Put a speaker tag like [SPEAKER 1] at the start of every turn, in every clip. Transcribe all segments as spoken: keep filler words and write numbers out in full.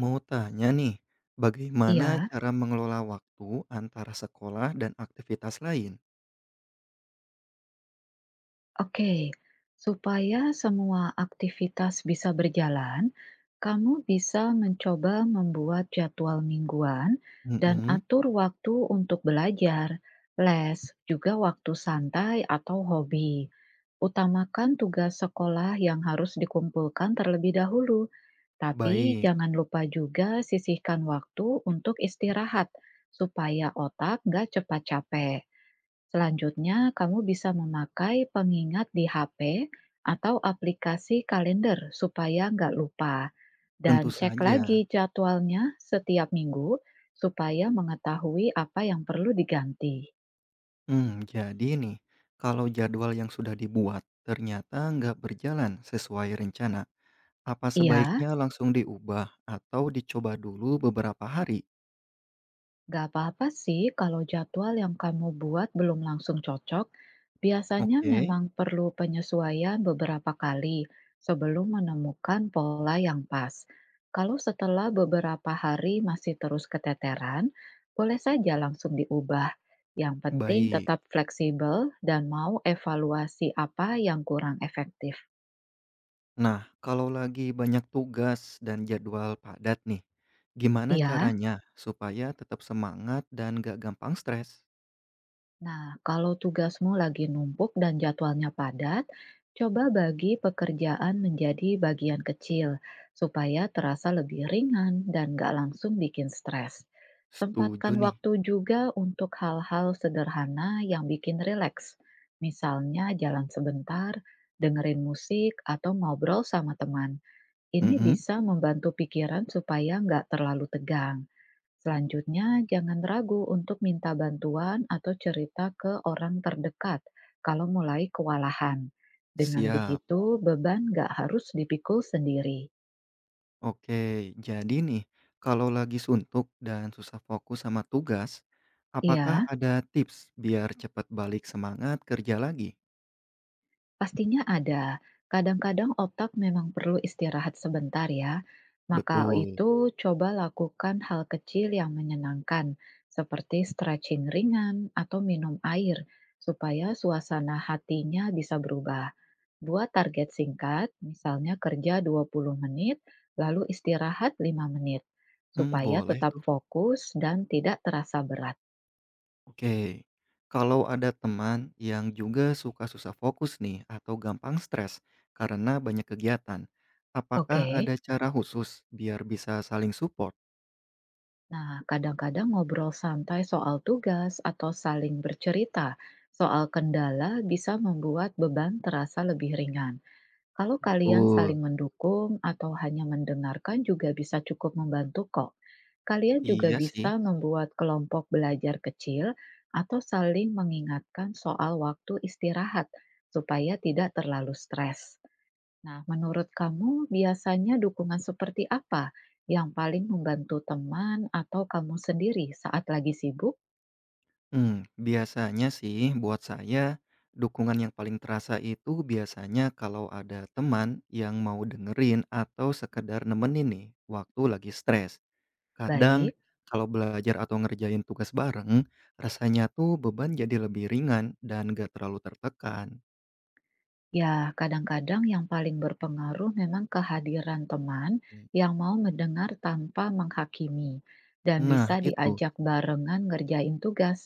[SPEAKER 1] Mau tanya nih, bagaimana
[SPEAKER 2] Iya,
[SPEAKER 1] cara mengelola waktu antara sekolah dan aktivitas lain?
[SPEAKER 2] oke. Supaya semua aktivitas bisa berjalan, kamu bisa mencoba membuat jadwal mingguan dan
[SPEAKER 1] Mhm.
[SPEAKER 2] atur waktu untuk belajar, les, juga waktu santai atau hobi. Utamakan tugas sekolah yang harus dikumpulkan terlebih dahulu, tapi
[SPEAKER 1] Baik,
[SPEAKER 2] jangan lupa juga sisihkan waktu untuk istirahat supaya otak nggak cepat capek. Selanjutnya, kamu bisa memakai pengingat di H P atau aplikasi kalender supaya nggak lupa. Dan
[SPEAKER 1] tentu
[SPEAKER 2] cek
[SPEAKER 1] saja.
[SPEAKER 2] lagi jadwalnya setiap minggu supaya mengetahui apa yang perlu diganti.
[SPEAKER 1] Hmm, jadi nih, kalau jadwal yang sudah dibuat ternyata nggak berjalan sesuai rencana, apa
[SPEAKER 2] Iya.
[SPEAKER 1] sebaiknya langsung diubah atau dicoba dulu beberapa hari?
[SPEAKER 2] Gak apa-apa sih kalau jadwal yang kamu buat belum langsung cocok. Biasanya
[SPEAKER 1] Oke,
[SPEAKER 2] memang perlu penyesuaian beberapa kali sebelum menemukan pola yang pas. Kalau setelah beberapa hari masih terus keteteran, boleh saja langsung diubah. Yang penting
[SPEAKER 1] baik.
[SPEAKER 2] tetap fleksibel dan mau evaluasi apa yang kurang efektif.
[SPEAKER 1] Nah, kalau lagi banyak tugas dan jadwal padat nih, gimana
[SPEAKER 2] Ya.
[SPEAKER 1] caranya supaya tetap semangat dan nggak gampang stres?
[SPEAKER 2] Nah, kalau tugasmu lagi numpuk dan jadwalnya padat, coba bagi pekerjaan menjadi bagian kecil supaya terasa lebih ringan dan nggak langsung bikin stres.
[SPEAKER 1] Setuju
[SPEAKER 2] Sempatkan
[SPEAKER 1] nih.
[SPEAKER 2] waktu juga untuk hal-hal sederhana yang bikin rileks. Misalnya jalan sebentar, dengerin musik, atau ngobrol sama teman. Ini
[SPEAKER 1] Mhm.
[SPEAKER 2] bisa membantu pikiran supaya nggak terlalu tegang. Selanjutnya, jangan ragu untuk minta bantuan atau cerita ke orang terdekat kalau mulai kewalahan. Dengan
[SPEAKER 1] Siap.
[SPEAKER 2] begitu, beban nggak harus dipikul sendiri.
[SPEAKER 1] Oke, jadi nih, kalau lagi suntuk dan susah fokus sama tugas, apakah
[SPEAKER 2] Iya,
[SPEAKER 1] ada tips biar cepat balik semangat kerja lagi?
[SPEAKER 2] pastinya ada. Kadang-kadang otak memang perlu istirahat sebentar ya. Maka
[SPEAKER 1] Betul.
[SPEAKER 2] itu, coba lakukan hal kecil yang menyenangkan, seperti stretching ringan atau minum air, supaya suasana hatinya bisa berubah. Buat target singkat, misalnya kerja dua puluh menit, lalu istirahat lima menit,
[SPEAKER 1] Mmm,
[SPEAKER 2] supaya
[SPEAKER 1] boleh
[SPEAKER 2] tetap
[SPEAKER 1] tuh.
[SPEAKER 2] fokus dan tidak terasa berat.
[SPEAKER 1] Oke. Kalau ada teman yang juga suka susah fokus nih atau gampang stres karena banyak kegiatan,
[SPEAKER 2] Oke.
[SPEAKER 1] apakah ada cara khusus biar bisa saling support?
[SPEAKER 2] Nah, kadang-kadang ngobrol santai soal tugas atau saling bercerita soal kendala bisa membuat beban terasa lebih ringan. Kalau kalian
[SPEAKER 1] Betul.
[SPEAKER 2] saling mendukung atau hanya mendengarkan juga bisa cukup membantu kok. Kalian juga
[SPEAKER 1] Iya
[SPEAKER 2] bisa
[SPEAKER 1] sih.
[SPEAKER 2] membuat kelompok belajar kecil atau saling mengingatkan soal waktu istirahat supaya tidak terlalu stres. Nah, menurut kamu biasanya dukungan seperti apa yang paling membantu teman atau kamu sendiri saat lagi sibuk?
[SPEAKER 1] Mmm, biasanya sih buat saya, dukungan yang paling terasa itu biasanya kalau ada teman yang mau dengerin atau sekedar nemenin nih waktu lagi stres. Iya. Kadang
[SPEAKER 2] Baik.
[SPEAKER 1] kalau belajar atau ngerjain tugas bareng, rasanya tuh beban jadi lebih ringan dan gak terlalu tertekan.
[SPEAKER 2] Ya, kadang-kadang yang paling berpengaruh memang kehadiran teman
[SPEAKER 1] Mmm.
[SPEAKER 2] yang mau mendengar tanpa menghakimi dan
[SPEAKER 1] Nah
[SPEAKER 2] bisa
[SPEAKER 1] itu,
[SPEAKER 2] diajak barengan ngerjain tugas.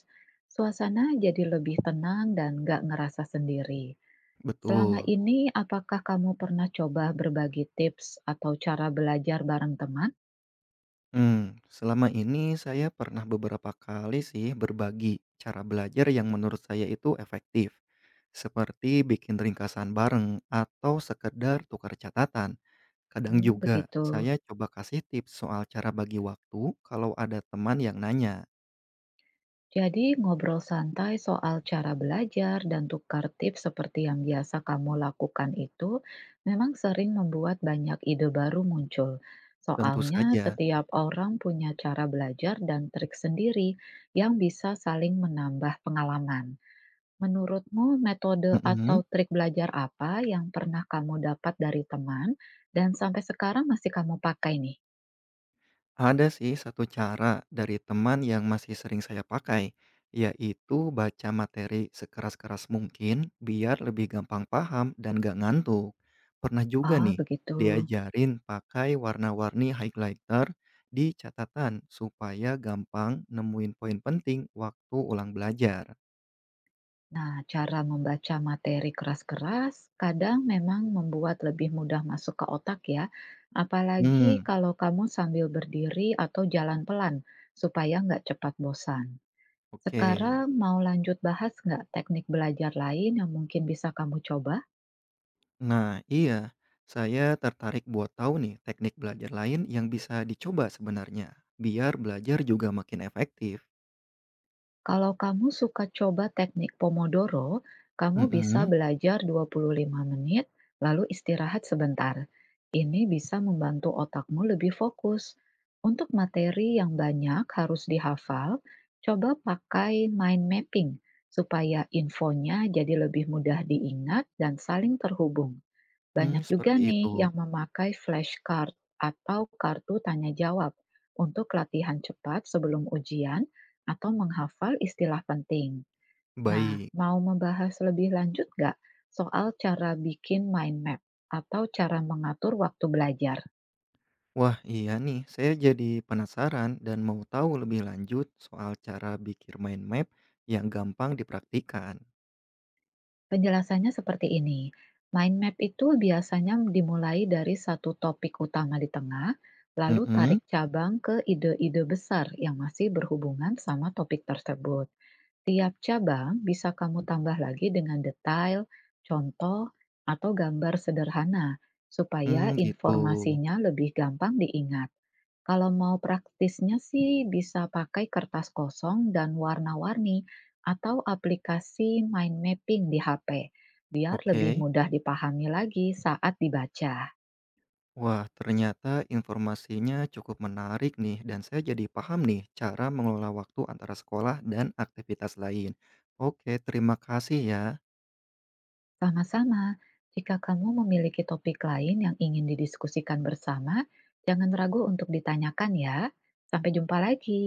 [SPEAKER 2] Suasana jadi lebih tenang dan nggak ngerasa sendiri. Selama
[SPEAKER 1] betul.
[SPEAKER 2] ini, apakah kamu pernah coba berbagi tips atau cara belajar bareng teman?
[SPEAKER 1] Mmm, selama ini saya pernah beberapa kali sih berbagi cara belajar yang menurut saya itu efektif, seperti bikin ringkasan bareng atau sekedar tukar catatan. Kadang
[SPEAKER 2] Hmm,
[SPEAKER 1] juga
[SPEAKER 2] begitu.
[SPEAKER 1] saya coba kasih tips soal cara bagi waktu kalau ada teman yang nanya.
[SPEAKER 2] Jadi ngobrol santai soal cara belajar dan tukar tips seperti yang biasa kamu lakukan itu memang sering membuat banyak ide baru muncul.
[SPEAKER 1] Tentu
[SPEAKER 2] Soalnya
[SPEAKER 1] saja.
[SPEAKER 2] setiap orang punya cara belajar dan trik sendiri yang bisa saling menambah pengalaman. Menurutmu metode atau
[SPEAKER 1] Mhm?
[SPEAKER 2] trik belajar apa yang pernah kamu dapat dari teman dan sampai sekarang masih kamu pakai nih?
[SPEAKER 1] Ada sih satu cara dari teman yang masih sering saya pakai, yaitu baca materi sekeras-keras mungkin biar lebih gampang paham dan gak ngantuk. Pernah juga
[SPEAKER 2] Ah,
[SPEAKER 1] nih
[SPEAKER 2] begitu.
[SPEAKER 1] diajarin pakai warna-warni highlighter di catatan supaya gampang nemuin poin penting waktu ulang belajar.
[SPEAKER 2] Nah, cara membaca materi keras-keras kadang memang membuat lebih mudah masuk ke otak ya, apalagi
[SPEAKER 1] Hmm,
[SPEAKER 2] kalau kamu sambil berdiri atau jalan pelan supaya nggak cepat bosan.
[SPEAKER 1] oke.
[SPEAKER 2] Sekarang mau lanjut bahas nggak teknik belajar lain yang mungkin bisa kamu coba?
[SPEAKER 1] Nah, iya. Saya tertarik buat tahu nih teknik belajar lain yang bisa dicoba sebenarnya, biar belajar juga makin efektif.
[SPEAKER 2] Kalau kamu suka coba teknik Pomodoro, kamu bisa
[SPEAKER 1] Mhm.
[SPEAKER 2] belajar dua puluh lima menit, lalu istirahat sebentar. Ini bisa membantu otakmu lebih fokus. Untuk materi yang banyak harus dihafal, coba pakai mind mapping supaya infonya jadi lebih mudah diingat dan saling terhubung.
[SPEAKER 1] Hmm,
[SPEAKER 2] Banyak juga
[SPEAKER 1] seperti
[SPEAKER 2] nih
[SPEAKER 1] itu.
[SPEAKER 2] yang memakai flashcard atau kartu tanya jawab untuk latihan cepat sebelum ujian atau menghafal istilah penting. Nah,
[SPEAKER 1] Baik.
[SPEAKER 2] mau membahas lebih lanjut nggak soal cara bikin mind map atau cara mengatur waktu belajar?
[SPEAKER 1] Wah, iya nih, saya jadi penasaran dan mau tahu lebih lanjut soal cara bikin mind map yang gampang dipraktikkan.
[SPEAKER 2] Penjelasannya seperti ini. Mind map itu biasanya dimulai dari satu topik utama di tengah, lalu
[SPEAKER 1] Mhm.
[SPEAKER 2] tarik cabang ke ide-ide besar yang masih berhubungan sama topik tersebut. Tiap cabang bisa kamu tambah lagi dengan detail, contoh, atau gambar sederhana supaya
[SPEAKER 1] Hmm, gitu.
[SPEAKER 2] informasinya lebih gampang diingat. Kalau mau praktisnya sih bisa pakai kertas kosong dan warna-warni atau aplikasi mind mapping di H P biar lebih
[SPEAKER 1] Oke.
[SPEAKER 2] mudah dipahami lagi saat dibaca.
[SPEAKER 1] Wah, ternyata informasinya cukup menarik nih, dan saya jadi paham nih cara mengelola waktu antara sekolah dan aktivitas lain. Oke, terima kasih ya.
[SPEAKER 2] Sama-sama, jika kamu memiliki topik lain yang ingin didiskusikan bersama, jangan ragu untuk ditanyakan ya. Sampai jumpa lagi.